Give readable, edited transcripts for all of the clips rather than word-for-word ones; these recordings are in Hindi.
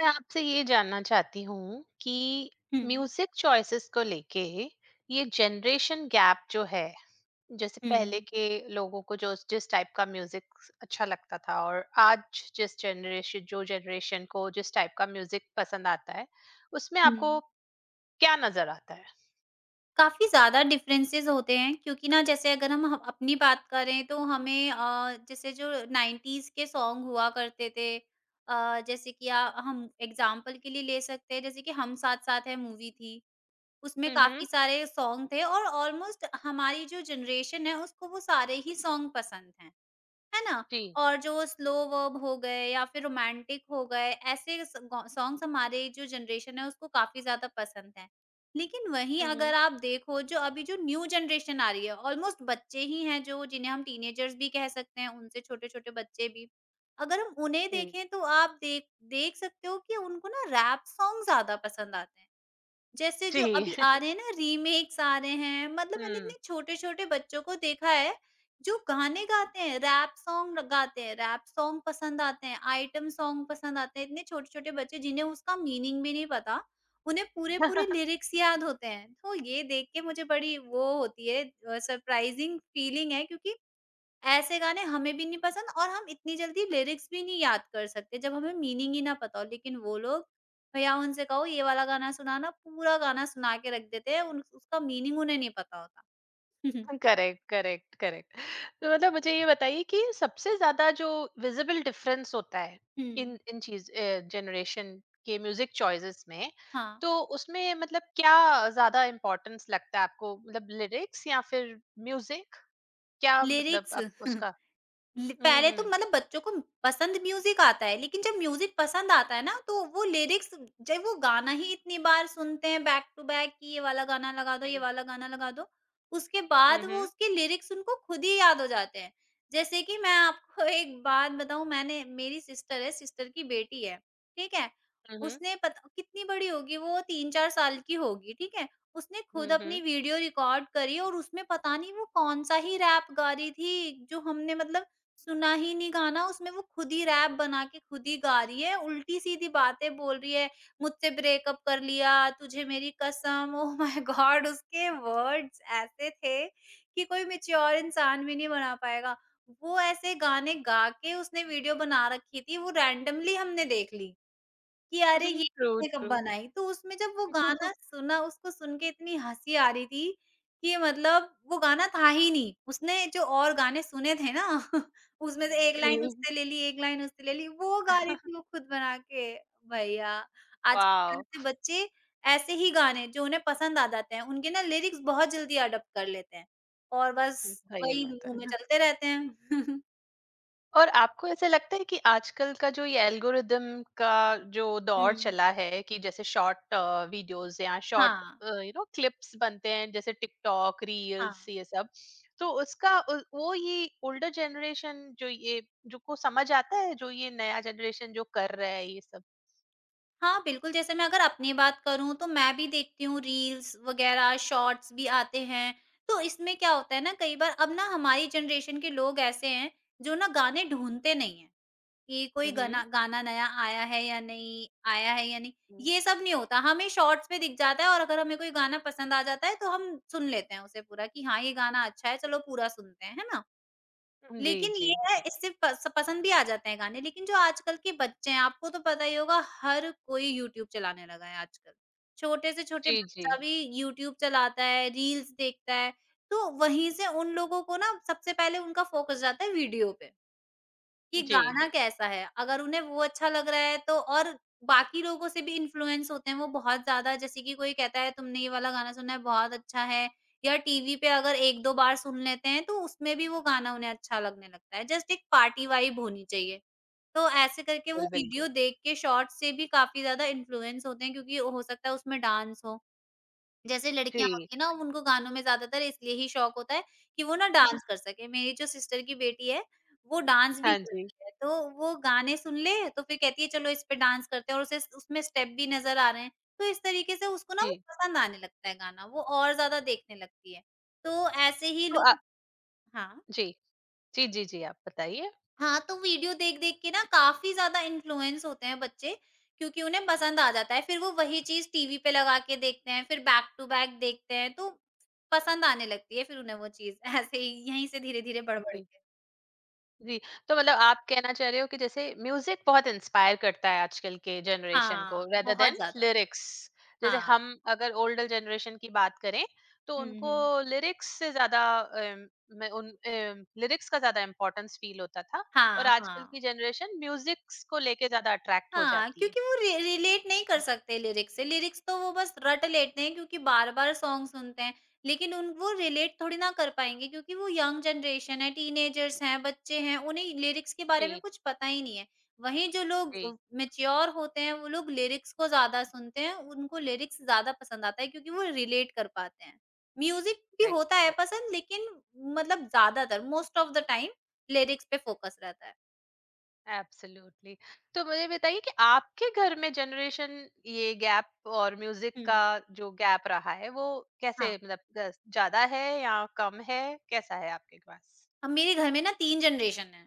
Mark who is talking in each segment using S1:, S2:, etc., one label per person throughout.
S1: मैं आपसे ये जानना चाहती हूँ कि
S2: हुँ।
S1: म्यूजिक चॉइसेस को लेके ये जनरेशन गैप जो है, जैसे पहले
S2: हुँ,
S1: के लोगों को जो जिस टाइप का म्यूजिक अच्छा लगता था और आज जिस जनरेशन जो जनरेशन को जिस टाइप का म्यूजिक पसंद आता है, उसमें आपको
S2: हुँ।
S1: क्या नजर आता है।
S2: काफ़ी ज़्यादा डिफरेंसेस होते हैं क्योंकि ना जैसे अगर हम ह अपनी बात करें तो हमें जैसे जो 90s के सॉन्ग हुआ करते थे जैसे कि हम एग्ज़ाम्पल के लिए ले सकते हैं जैसे कि हम साथ-साथ है मूवी थी। उसमें
S1: हम्म।
S2: काफ़ी सारे सॉन्ग थे और ऑलमोस्ट हमारी जो जनरेशन है उसको वो सारे ही सॉन्ग पसंद हैं। है ना?
S1: जी।
S2: और जो स्लो वर्ब हो गए या फिर रोमांटिक हो गए, ऐसे स गौ सॉन्ग्स हमारे जो जनरेशन है उसको काफ़ी ज़्यादा पसंद हैं। लेकिन वहीं
S1: हम्म।
S2: अगर आप देखो जो अभी जो न्यू जनरेशन आ रही है, ऑलमोस्ट बच्चे ही हैं जो जिन्हें हम टीनेजर्स भी कह सकते हैं, उनसे छोटे-छोटे बच्चे भी। अगर हम उन्हें
S1: जी।
S2: देखें तो आप देख देख सकते हो कि उनको ना रैप सॉन्ग ज़्यादा पसंद आते हैं। जैसे जो
S1: जी।
S2: अभी आ रहे हैं ना रीमेक्स आ रहे हैं मतलब मैंने
S1: हम्म।
S2: इतने छोटे-छोटे बच्चों को देखा है, जो गाने गाते हैं, रैप सॉन्ग गाते हैं, रैप सॉन्ग पसंद आते हैं, आइटम सॉन्ग पसंद आते हैं, इतने छोटे-छोटे बच्चे जिन्हें उसका मीनिंग भी नहीं पता, उन्हें पूरे-पूरे लिरिक्स याद होते हैं। तो ये देख के मुझे बड़ी वो होती है सरप्राइजिंग फीलिंग है क्योंकि ऐसे गाने हमें भी नहीं पसंद और हम इतनी जल्दी लिरिक्स भी नहीं याद कर सकते जब हमें मीनिंग ही ना पता हो। लेकिन वो लोग भैया उनसे कहो ये वाला गाना सुनाना, पूरा गाना सुना के रख देते हैं, उन उसका मीनिंग उन्हें नहीं पता होता।
S1: Correct, correct, correct. तो मतलब मुझे ये बताइए कि सबसे ज्यादा जो विजिबल डिफरेंस होता है
S2: हुँ।
S1: इन इन चीज जनरेशन के म्यूजिक चॉइसेस में,
S2: हाँ,
S1: तो उसमें मतलब क्या ज्यादा इम्पोर्टेंस लगता है आपको, मतलब लिरिक्स या फिर म्यूजिक, क्या मतलब
S2: लिरिक्स
S1: आप उसका।
S2: लि पहले
S1: हम्म।
S2: तो मतलब बच्चों को पसंद म्यूज़िक आता है, लेकिन जब म्यूज़िक पसंद आता है ना, तो वो लिरिक्स जब वो गाना ही इतनी बार सुनते हैं बैक टू बैक कि ये वाला गाना लगा दो, ये
S1: हम्म।
S2: वाला गाना लगा दो, उसके बाद वो उसके लिरिक्स उनको खुद ही याद हो जाते हैं। जैसे कि मैं आपको एक बात बताऊँ मैंने मेरी सिस्टर है, सिस्टर की बेटी है, ठीक है?
S1: हम्म।
S2: उसने पता कितनी बड़ी होगी वो 3-4 साल की होगी, ठीक है? उसने खुद
S1: हम्म।
S2: अपनी वीडियो रिकॉर्ड करी और उसमें पता नहीं वो कौन-सा ही रैप गा रही थी, जो हमने मतलब सुना ही नहीं गाना, उसमें वो खुद ही रैप बना के खुद ही गा रही है, उल्टी-सीधी बातें बोल रही है, मुझसे ब्रेकअप कर लिया, तुझे मेरी कसम, ओह माय गॉड! उसके वर्ड्स ऐसे थे कि कोई मैच्योर इंसान भी नहीं बना पाएगा। वो ऐसे गाने गा के उसने वीडियो बना रखी थी, वो रैंडमली हमने देख ली। कि अरे ये
S1: ट्रू,
S2: किसने कब
S1: ट्रू।
S2: बनाई? तो उसमें जब वो गाना सुना उसको सुन के इतनी हँसी आ रही थी कि मतलब वो गाना था ही नहीं। उसने जो और गाने सुने थे ना उसमें से एक लाइन उससे ले ली, एक लाइन उससे ले ली, वो गा रही थी वो खुद बना के। भैया, आजकल के
S1: वाओ।
S2: ऐसे बच्चे ऐसे ही गाने जो उन्हें पसंद आ जाते हैं, उनके ना लिरिक्स बहुत जल्दी अडॉप्ट कर लेते हैं और बस
S1: सही
S2: वही
S1: बात
S2: मुँह में
S1: है।
S2: चलते रहते हैं।
S1: और आपको ऐसा लगता है कि आजकल का जो ये एल्गोरिदम का जो
S2: हुँ।
S1: दौर चला है, कि जैसे शॉर्ट वीडियोस या शॉर्ट
S2: हाँ,
S1: क्लिप्स बनते हैं, जैसे टिकटॉक
S2: हाँ।
S1: रील्स ये सब, तो उसका वो ये ओल्डर जनरेशन जो ये जो को समझ आता है, जो ये नया जनरेशन जो कर रहा है ये सब।
S2: हाँ, बिल्कुल, जैसे मैं अगर अपनी बात करूँ तो मैं भी देखती हूँ रील्स वग़ैरह, शॉर्ट्स भी आते हैं। तो इसमें क्या होता है ना कई बार अब ना हमारी जनरेशन के लोग ऐसे हैं जो ना गाने ढूँढते नहीं हैं, कि कोई
S1: हम्म।
S2: गाना गाना नया आया है या नहीं आया है या नहीं, ये सब नहीं होता। हमें शॉर्ट्स में दिख जाता है और अगर हमें कोई गाना पसंद आ जाता है तो हम सुन लेते हैं उसे पूरा कि हाँ, ये गाना अच्छा है, चलो पूरा सुनते हैं, है ना?
S1: जी,
S2: लेकिन
S1: जी,
S2: ये है
S1: जी।
S2: इससे पस पसंद भी आ जाते हैं गाने, लेकिन जो आजकल के बच्चे हैं, आपको तो पता ही होगा हर कोई यूट्यूब चलाने लगा है आजकल। छोटे से छोटे
S1: जी, जी,
S2: बच्चा भी यूट्यूब चलाता है, रील्स देखता है, तो वहीं से उन लोगों को ना सबसे पहले उनका फ़ोकस जाता है वीडियो पे। कि
S1: जी।
S2: गाना कैसा है? अगर उन्हें वो अच्छा लग रहा है तो और बाकी लोगों से भी इन्फ्लुएंस होते हैं वो बहुत ज़्यादा जैसे कि कोई कहता है तुमने ये वाला गाना सुना है बहुत अच्छा है या टीवी पे अगर 1-2 बार सुन लेते हैं तो उसमें भी वो गाना उन्हें अच्छा लगने लगता है। जस्ट एक पार्टी वाइब होनी चाहिए। तो ऐसे करके वो
S1: बिल्कुल, बिल्कुल।
S2: वीडियो देख के शॉर्ट्स से भी काफ़ी ज़्यादा इन्फ्लुएंस होते हैं क्योंकि हो सकता है उसमें डांस हो। जैसे लड़कियाँ
S1: जी।
S2: होती हैं ना उनको गानों में ज़्यादातर इसलिए ही शौक होता है कि वो ना डांस कर सकें। मेरी जो सिस्टर की बेटी है, वो डांस भी
S1: हाँ जी।
S2: करती है, तो वो गाने सुन ले तो फिर कहती है चलो इस पे डांस करते हैं और उसे उसमें स्टेप भी नज़र आ रहे हैं। तो इस तरीके से उसको ना वो
S1: जी।
S2: पसंद आने लगता है गाना, वो और ज़्यादा देखने लगती है। तो ऐसे ही
S1: तो
S2: लोग हाँ।
S1: जी, जी, जी। जी, आप बताइए।
S2: हाँ, तो वीडियो देख-देख के ना काफ़ी ज़्यादा इन्फ्लुएंस होते हैं बच्चे, क्योंकि उन्हें पसंद आ जाता है। फिर वो वही चीज़ टीवी पे लगा के देखते हैं, फिर बैक टू बैक देखते हैं, तो पसंद आने लगती है फिर उन्हें वो चीज़। ऐसे ही यहीं से धीरे-धीरे बढ़-बढ़ के।
S1: जी, तो मतलब आप कहना चाह रहे हो कि जैसे म्यूज़िक बहुत इंस्पायर करता है आजकल के जनरेशन को,
S2: हाँ,
S1: रेदर
S2: बहुत
S1: देन
S2: ज़्यादा।
S1: लिरिक्स। जैसे
S2: हाँ।
S1: हम अगर ओल्डर जनरेशन की बात करें, तो
S2: हुँ,
S1: उनको
S2: हुँ।
S1: लिरिक्स से ज़्यादा में उन लिरिक्स का ज़्यादा इम्पोर्टेंस फ़ील होता था, और
S2: हाँ,
S1: आजकल की
S2: हाँ।
S1: जनरेशन म्यूज़िक्स को लेके ज़्यादा अट्रैक्ट हो
S2: हाँ,
S1: जाती है।
S2: क्योंकि वो रि रिलेट नहीं कर सकते लिरिक्स से, लिरिक्स तो वो बस रट लेते हैं क्योंकि बार-बार सॉन्ग सुनते हैं, लेकिन उन वो रिलेट थोड़ी ना कर पाएँगे क्योंकि वो यंग जनरेशन है, टीनेजर्स हैं, बच्चे हैं, उन्हें लिरिक्स के बारे में
S1: जी,
S2: कुछ पता ही नहीं है। वहीं जो लोग
S1: जी,
S2: मैच्योर होते हैं, वो लोग लिरिक्स को ज़्यादा सुनते हैं, उनको लिरिक्स ज़्यादा पसंद आता है क्योंकि वो रिलेट कर पाते हैं। म्यूज़िक भी
S1: करेक्ट,
S2: होता है
S1: करेक्ट।
S2: पसंद लेकिन मतलब ज़्यादातर most of the time lyrics पे फ़ोकस रहता है।
S1: एब्सोल्युटली। तो मुझे बताइए कि आपके घर में जनरेशन, ये गैप और म्यूजिक का
S2: हुँ।
S1: जो गैप रहा है वो कैसे,
S2: हाँ।
S1: मतलब ज्यादा है या कम है, कैसा है आपके पास।
S2: अब मेरे घर में ना 3 जनरेशन है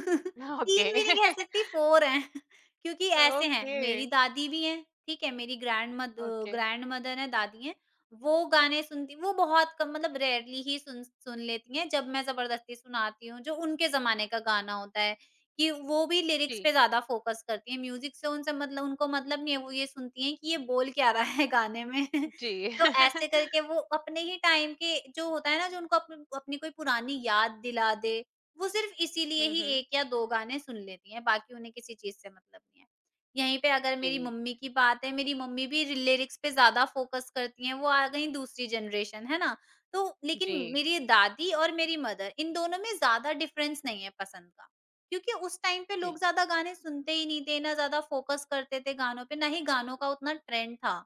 S1: ओके।
S2: 3 भी नहीं कह सकती 4 हैं क्योंकि ऐसे हैं
S1: ओके।
S2: मेरी दादी भी हैं, ठीक है? मेरी
S1: ओके।
S2: ग्रैंड मदर हैं, दादी हैं, वो गाने सुनती वो बहुत कम मतलब रेयरली ही सुन सुन लेती हैं, जब मैं ज़बरदस्ती सुनाती हूँ, जो उनके ज़माने का गाना होता है कि वो भी लिरिक्स
S1: जी।
S2: पे ज़्यादा फ़ोकस करती हैं, म्यूज़िक से उनसे मतलब उनको मतलब नहीं है, वो ये सुनती हैं कि ये बोल क्या रहा है गाने में
S1: जी।
S2: तो ऐसे करके वो अपने ही टाइम के जो होता है ना जो उनको अप अपनी कोई पुरानी याद दिला दे, वो सिर्फ़ इसीलिए ही
S1: हम्म।
S2: 1 या 2 गाने सुन लेती हैं, बाकी उन्हें किसी चीज़ से मतलब नहीं है। यहीं पे अगर मेरी
S1: जी।
S2: मम्मी की बात है, मेरी मम्मी भी रि लिरिक्स पे ज़्यादा फ़ोकस करती हैं, वो आ गईं दूसरी जनरेशन, है ना? तो
S1: जी।
S2: लेकिन मेरी दादी और मेरी मदर इन दोनों में ज़्यादा डिफ़रेंस नहीं है पसंद का, क्योंकि उस टाइम पे
S1: जी।
S2: लोग ज़्यादा गाने सुनते ही नहीं थे, ना ज़्यादा फ़ोकस करते थे गानों पे, ना ही गानों का उतना ट्रेंड था।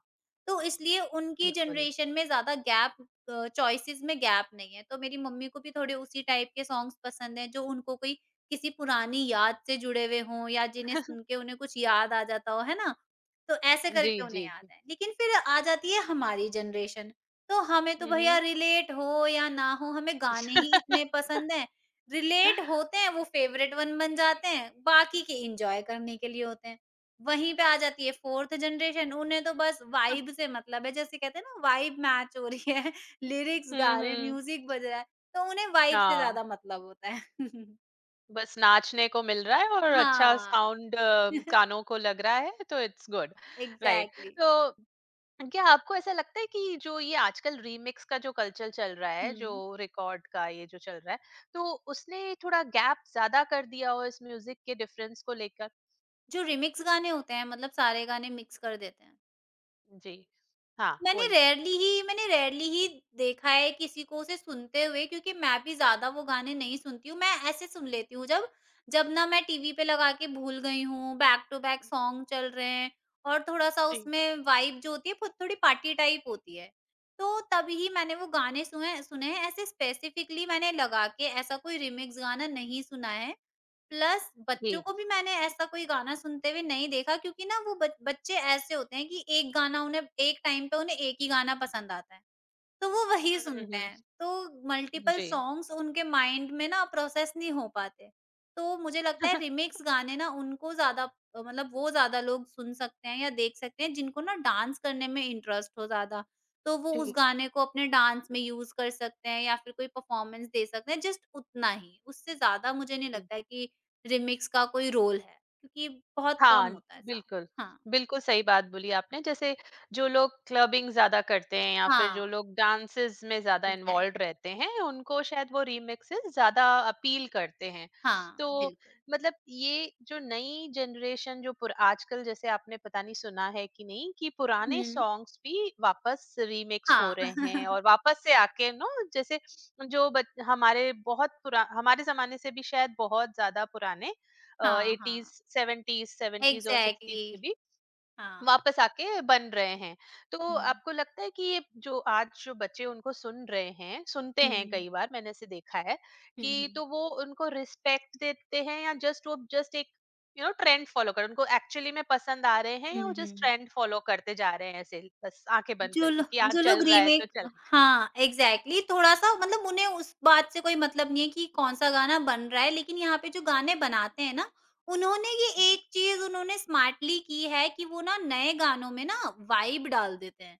S2: तो इसलिए उनकी
S1: बिल्कुल।
S2: जनरेशन में ज़्यादा गैप चॉइसेस में गैप नहीं है। तो मेरी मम्मी को भी थोड़े उसी टाइप के सॉन्ग्स पसंद हैं जो उनको कोई किसी पुरानी याद से जुड़े हुए हों या जिन्हें सुन के उन्हें कुछ याद आ जाता हो, है ना? तो ऐसे
S1: जी।
S2: करके उन्हें
S1: जी।
S2: याद
S1: जी।
S2: है। लेकिन फिर आ जाती है हमारी जनरेशन, तो हमें तो भैया
S1: हम्म।
S2: रिलेट हो या ना हो हमें गाने ही इतने पसंद हैं। रिलेट होते हैं वो फेवरेट 1 बन जाते हैं, बाकी के एन्जॉय करने के लिए होते हैं। वहीं पे आ जाती है फोर्थ जनरेशन उन्हें तो बस वाइब से मतलब है जैसे कहते हैं ना वाइब मैच हो रही है लिरिक्स गा
S1: हम्म।
S2: रहे हैं म्यूजिक बज रहा है तो उन्हें वाइब से
S1: हाँ।
S2: ज्यादा मतलब होता है
S1: बस नाचने को मिल रहा है और अच्छा
S2: हाँ
S1: साउंड कानों को लग रहा है तो इट्स गुड। राइट।
S2: एग्जैक्टली
S1: तो क्या आपको ऐसा लगता है कि जो ये आजकल रीमिक्स का जो कल्चर चल रहा है, जो
S2: हुँ,
S1: रिकॉर्ड का ये जो चल रहा है, तो उसने थोड़ा गैप ज्यादा कर दिया हो इस म्यूजिक के डिफरेंस को लेकर।
S2: जो रिमिक्स गाने होते हैं मतलब सारे गाने मिक्स कर देते हैं
S1: जी। हाँ,
S2: मैंने
S1: वही।
S2: रेयरली ही मैंने रेयरली ही देखा है किसी को उसे सुनते हुए क्योंकि मैं भी ज़्यादा वो गाने नहीं सुनती हूँ, मैं ऐसे सुन लेती हूँ जब जब ना मैं टीवी पे लगा के भूल गई हूँ, बैक टू बैक सॉन्ग चल रहे हैं और थोड़ा-सा
S1: जी,
S2: उसमें वाइब जो होती है वो थोड़ी पार्टी टाइप होती है। तो तभी मैंने वो गाने सुने सुने हैं, ऐसे स्पेसिफिकली मैंने लगा के ऐसा कोई रीमिक्स गाना नहीं सुना है। प्लस बच्चों
S1: जी।
S2: को भी मैंने ऐसा कोई गाना सुनते हुए नहीं देखा क्योंकि ना वो बच बच्चे ऐसे होते हैं कि एक टाइम पे उन्हें एक ही गाना पसंद आता है। तो वो वही
S1: हम्म,
S2: सुनते
S1: हम्म,
S2: हैं। तो मल्टीपल
S1: जी।
S2: सॉन्ग्स उनके माइंड में ना प्रोसेस नहीं हो पाते। तो मुझे लगता है रीमिक्स गाने ना उनको ज़्यादा मतलब वो ज़्यादा लोग सुन सकते हैं या देख सकते हैं जिनको ना डांस करने में इंटरेस्ट हो ज़्यादा। तो वो उस गाने को अपने डांस में यूज़ कर सकते हैं या फिर कोई परफॉर्मेंस दे सकते हैं जस्ट उतना ही। उससे ज़्यादा मुझे नहीं
S1: जी।
S2: लगता है कि रीमिक्स का कोई रोल है क्योंकि बहुत
S1: हाँ,
S2: कम होता है ऐसा।
S1: बिल्कुल।
S2: हाँ,
S1: बिल्कुल सही बात बोली आपने। जैसे जो लोग क्लबिंग ज़्यादा करते हैं या फिर जो
S2: हाँ,
S1: लोग डांसेज़ में ज़्यादा इन्वॉल्व्ड
S2: एग्ज़ैक्टली
S1: रहते हैं, उनको शायद वो रीमिक्सेज़ ज़्यादा अपील करते हैं। तो
S2: हाँ, बिल्कुल।
S1: मतलब ये जो नई जनरेशन जो पुर आजकल, जैसे आपने पता नहीं सुना है कि नहीं, कि पुराने
S2: हुँ,
S1: सॉन्ग्स भी वापस रीमिक्स हो
S2: हाँ।
S1: रहे हैं और वापस से आके नो, जैसे जो बच हमारे बहुत पुरा हमारे ज़माने से भी शायद बहुत ज़्यादा पुराने
S2: हाँ,
S1: एटीज,
S2: हाँ।
S1: सेवेंटीज सेवेंटीज और सिक्सटीज
S2: एग्ज़ैक्टली
S1: के भी
S2: हाँ।
S1: वापस आके बन रहे हैं। तो
S2: हुँ।
S1: आपको लगता है कि ये जो आज जो बच्चे उनको सुन रहे हैं, सुनते हैं,
S2: हुँ,
S1: कई बार मैंने ऐसे देखा है
S2: हुँ,
S1: कि
S2: हुँ।
S1: तो वो उनको रिस्पेक्ट देते हैं, या जस्ट एक ट्रेंड फॉलो कर उनको एक्चुअली में पसंद आ रहे हैं, या वो
S2: हुँ,
S1: जस्ट
S2: हुँ।
S1: ट्रेंड फॉलो करते जा रहे हैं ऐसे बस आंखें बंद
S2: जो लो
S1: करके कि आज
S2: जो
S1: चल
S2: लोग
S1: रहा है तो
S2: रीमेक
S1: चल रहा है।
S2: हाँ, एग्ज़ैक्टली थोड़ा-सा मतलब उन्हें उस बात से कोई मतलब नहीं है कि कौन-सा गाना बन रहा है, लेकिन यहाँ पे जो गाने बनाते हैं ना, उन्होंने ये
S1: मम्म,
S2: एक चीज़ उन्होंने स्मार्टली की है कि वो ना नए गानों में ना वाइब डाल देते हैं।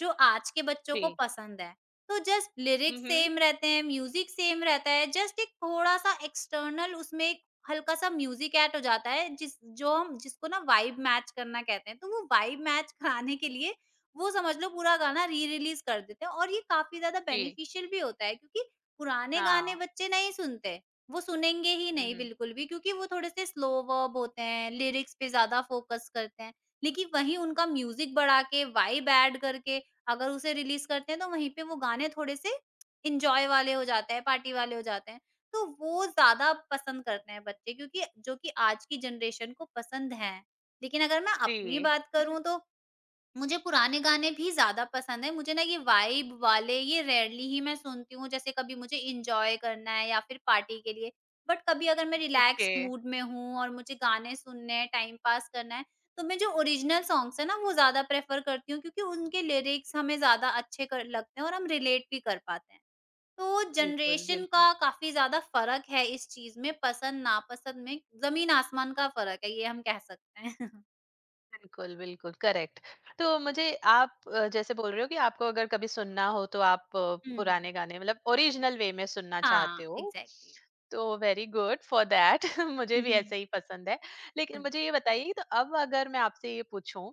S2: जो आज के बच्चों को
S1: जी।
S2: पसंद है। तो जस्ट लिरिक्स
S1: हम्म।
S2: सेम रहते हैं, म्यूज़िक सेम रहता है, जस्ट एक थोड़ा-सा एक्सटर्नल उसमें एक हल्का-सा म्यूज़िक ऐड हो जाता है जिस जो हम जिसको ना वाइब मैच करना कहते हैं। तो वो वाइब मैच कराने के लिए वो समझ लो पूरा गाना री-रिलीज़ कर देते हैं और ये काफ़ी ज़्यादा
S1: जी।
S2: बेनिफिशियल भी होता है क्योंकि पुराने गाने
S1: हाँ।
S2: बच्चे नहीं सुनते। वो सुनेंगे ही नहीं
S1: हम्म।
S2: बिल्कुल भी क्योंकि वो थोड़े से स्लो वर्ब होते हैं, लिरिक्स पे ज़्यादा फ़ोकस करते हैं। लेकिन वहीं उनका म्यूज़िक बढ़ा के, वाइब ऐड करके अगर उसे रिलीज़ करते हैं तो वहीं पे वो गाने थोड़े-से एन्जॉय वाले हो जाते हैं, पार्टी वाले हो जाते हैं। तो वो ज़्यादा पसंद करते हैं बच्चे क्योंकि जो कि आज की जनरेशन को पसंद हैं। लेकिन अगर मैं अपनी
S1: जी।
S2: बात करूँ तो मुझे पुराने गाने भी ज़्यादा पसंद हैं। मुझे ना ये वाइब वाले ये रेयरली ही मैं सुनती हूँ, जैसे कभी मुझे एन्जॉय करना है या फिर पार्टी के लिए। बट कभी अगर मैं
S1: ओके।
S2: रिलैक्स्ड मूड में हूँ और मुझे गाने सुनने हैं, टाइम पास करना है, तो मैं जो ओरिजिनल सॉन्ग्स हैं ना, वो ज़्यादा प्रेफ़र करती हूँ क्योंकि उनके लिरिक्स हमें ज़्यादा अच्छे कर लगते हैं और हम रिलेट भी कर पाते हैं। तो
S1: बिल्कुल,
S2: जनरेशन
S1: बिल्कुल।
S2: का काफ़ी ज़्यादा फ़र्क है इस चीज़ में, पसंद-नापसंद में ज़मीन-आसमान का फ़र्क है, ये हम कह सकते हैं।
S1: बिल्कुल, बिल्कुल, करेक्ट। तो मुझे, आप जैसे बोल रहे हो कि आपको अगर कभी सुनना हो तो आप
S2: हुँ।
S1: पुराने गाने, मतलब ओरिजिनल वे में सुनना चाहते
S2: हाँ,
S1: हो,
S2: एग्ज़ैक्टली।
S1: तो वेरी गुड फॉर दैट। मुझे भी ऐसे ही पसंद है। लेकिन
S2: 嗯
S1: मुझे ये बताइए, तो अब अगर मैं आपसे ये पूछूँ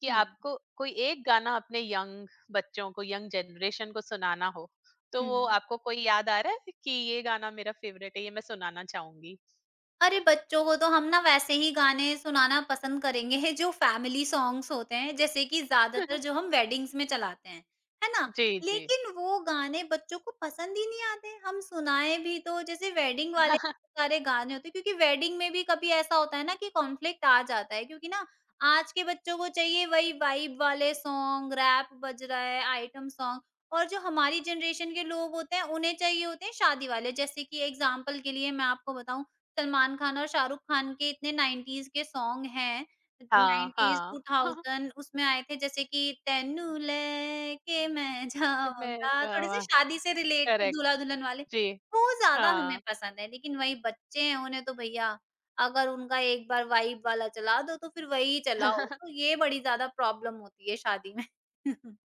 S1: कि
S2: 嗯
S1: आपको कोई एक गाना अपने यंग बच्चों को, यंग जनरेशन को सुनाना हो, तो वो
S2: 嗯，
S1: आपको कोई याद आ रहा है कि ये गाना मेरा फ़ेवरेट है, ये मैं सुनाना चाहूँगी?
S2: अरे बच्चों को तो हम ना वैसे ही गाने सुनाना पसंद करेंगे जो फैमिली सॉन्ग्स होते हैं जैसे कि ज्यादातर जो हम वेडिंग्स में चलाते हैं, है ना?
S1: जी, जी।
S2: लेकिन वो गाने बच्चों को पसंद ही नहीं आते। हम सुनाएँ भी तो जैसे वेडिंग वाले सारे गाने होते हैं क्योंकि वेडिंग में भी कभी ऐसा होता है ना कि कॉन्फ्लिक्ट आ जाता है क्योंकि ना आज के बच्चों को चाहिए वही वाइब वाले सॉन्ग, रैप बज रहा है, आइटम सॉन्ग और जो हमारी जनरेशन के लोग होते हैं उन्हें चाहिए होते हैं शादी वाले। जैसे कि एग्ज़ाम्पल के लिए मैं आपको बताऊँ सलमान खान और शाहरुख खान के इतने 90s के सॉन्ग हैं,
S1: हाँ,
S2: 90s
S1: हाँ।
S2: 2000 उसमें आए थे जैसे कि तेनू लेके मैं
S1: कि मैं
S2: जाऊँगा, थोड़े से
S1: अ,
S2: शादी से रिलेटेड
S1: करेक्ट।
S2: दूल्हा-दुल्हन वाले,
S1: जी,
S2: वो ज़्यादा हमें
S1: हाँ।
S2: पसंद है। लेकिन वही बच्चे हैं, उन्हें तो भैया अगर उनका एक बार वाइब वाला चला दो, तो फिर वही चलाओ, तो ये बड़ी ज़्यादा प्रॉब्लम होती है शादी में।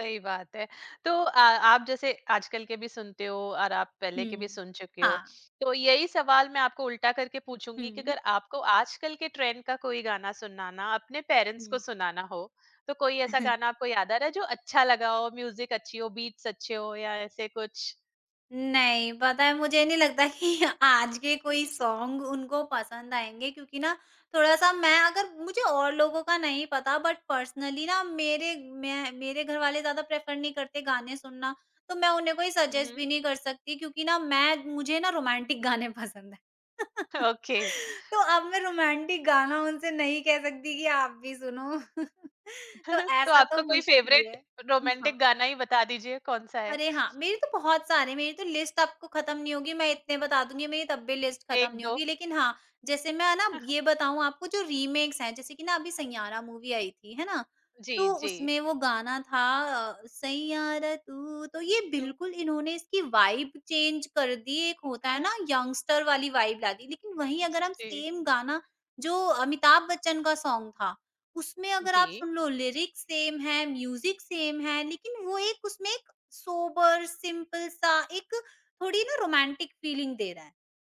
S1: सही बात है। तो आप जैसे आजकल के भी सुनते हो और आप पहले के भी
S2: हुँ।
S1: सुन चुके हो,
S2: हाँ।
S1: तो यही सवाल मैं आपको उल्टा करके पूछूँगी कि
S2: हुँ,
S1: अगर आपको आजकल के ट्रेंड का कोई गाना सुनाना, अपने पेरेंट्स को
S2: हुँ।
S1: सुनाना हो, तो कोई ऐसा गाना आपको याद आ रहा है जो अच्छा लगा हो, म्यूज़िक अच्छी हो, बीट्स अच्छे हो, या ऐसे कुछ?
S2: नहीं, पता है मुझे नहीं लगता कि आज के कोई सॉन्ग उनको पसंद आएँगे क्योंकि ना थोड़ा-सा मैं अगर मुझे और लोगों का नहीं पता बट पर्सनली ना मेरे घर वाले ज़्यादा प्रेफ़र नहीं करते गाने सुनना, तो मैं उन्हें कोई
S1: हुँ,
S2: सजेस्ट
S1: हुँ।
S2: भी नहीं कर सकती क्योंकि ना मैं मुझे ना रोमांटिक गाने पसंद हैं।
S1: ओके।
S2: तो अब मैं रोमांटिक गाना उनसे नहीं कह सकती कि आप भी सुनो। तो
S1: तो
S2: ऐसा तो
S1: आपका कोई
S2: मुश्किल ही
S1: फ़ेवरेट
S2: है। हाँ।
S1: रोमांटिक गाना ही बता दीजिए कौन-सा है?
S2: अरे हाँ, मेरे तो बहुत सारे मेरी तो लिस्ट आपको खत्म नहीं होगी, मैं इतने बता दूँगी मेरी तब भी लिस्ट खत्म नहीं
S1: 1-2।
S2: होगी। लेकिन हाँ, जैसे मैं ना ये बताऊँ आपको जो रीमेक्स हैं, जैसे कि ना अभी सैयारा मूवी आई थी, है ना?
S1: जी,
S2: तो
S1: जी।
S2: उसमें वो गाना था सैयारा तू तो ये
S1: तो
S2: बिल्कुल इन्होंने इसकी वाइब चेंज कर दी। एक होता है
S1: हाँ,
S2: ना यंगस्टर वाली वाइब ला दी। लेकिन वहीं अगर हम
S1: जी,
S2: सेम गाना जो अमिताभ बच्चन का सॉन्ग था, उसमें अगर
S1: जी।
S2: आप सुन लो लिरिक्स सेम है, म्यूज़िक सेम है, लेकिन वो एक उसमें सोबर, सिंपल सा एक थोड़ी ना रोमांटिक फीलिंग दे रहा है।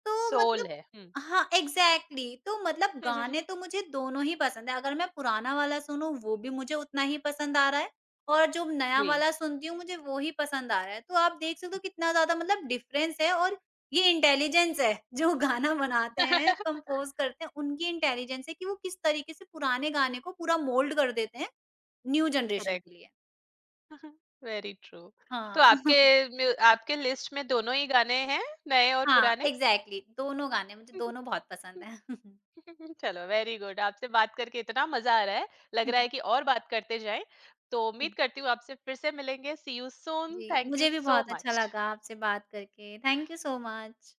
S2: तो
S1: सोल
S2: मतलब
S1: है। हुँ।
S2: हाँ, एग्ज़ैक्टली तो मतलब गाने तो मुझे दोनों ही पसंद है। अगर मैं पुराना वाला सुनूँ वो भी मुझे उतना ही पसंद आ रहा है और जो नया
S1: जी।
S2: वाला सुनती हूँ मुझे वो ही पसंद आ रहा है। तो आप देख सकते हो कितना ज़्यादा मतलब डिफ़रेंस है और ये इंटेलिजेंस है जो गाना बनाते हैं, कंपोज़ करते हैं उनकी इंटेलिजेंस है कि वो किस तरीके से पुराने गाने को पूरा मोल्ड कर देते हैं न्यू जनरेशन
S1: करेक्ट।
S2: के लिए।
S1: Very true. तो
S2: हाँ।
S1: आपके लिस्ट में दोनों ही गाने हैं, नए और
S2: हाँ,
S1: पुराने।
S2: एग्ज़ैक्टली दोनों गाने मुझे दोनों बहुत पसंद हैं।
S1: चलो, वेरी गुड। आपसे बात करके इतना मजा आ रहा है, लग रहा है कि और बात करते जाएं। तो उम्मीद करती हूँ आपसे फिर से मिलेंगे। See you soon.
S2: जी,
S1: थैंक यू
S2: मुझे भी
S1: सो
S2: बहुत अच्छा
S1: मच।
S2: लगा आपसे बात करके। Thank you so much.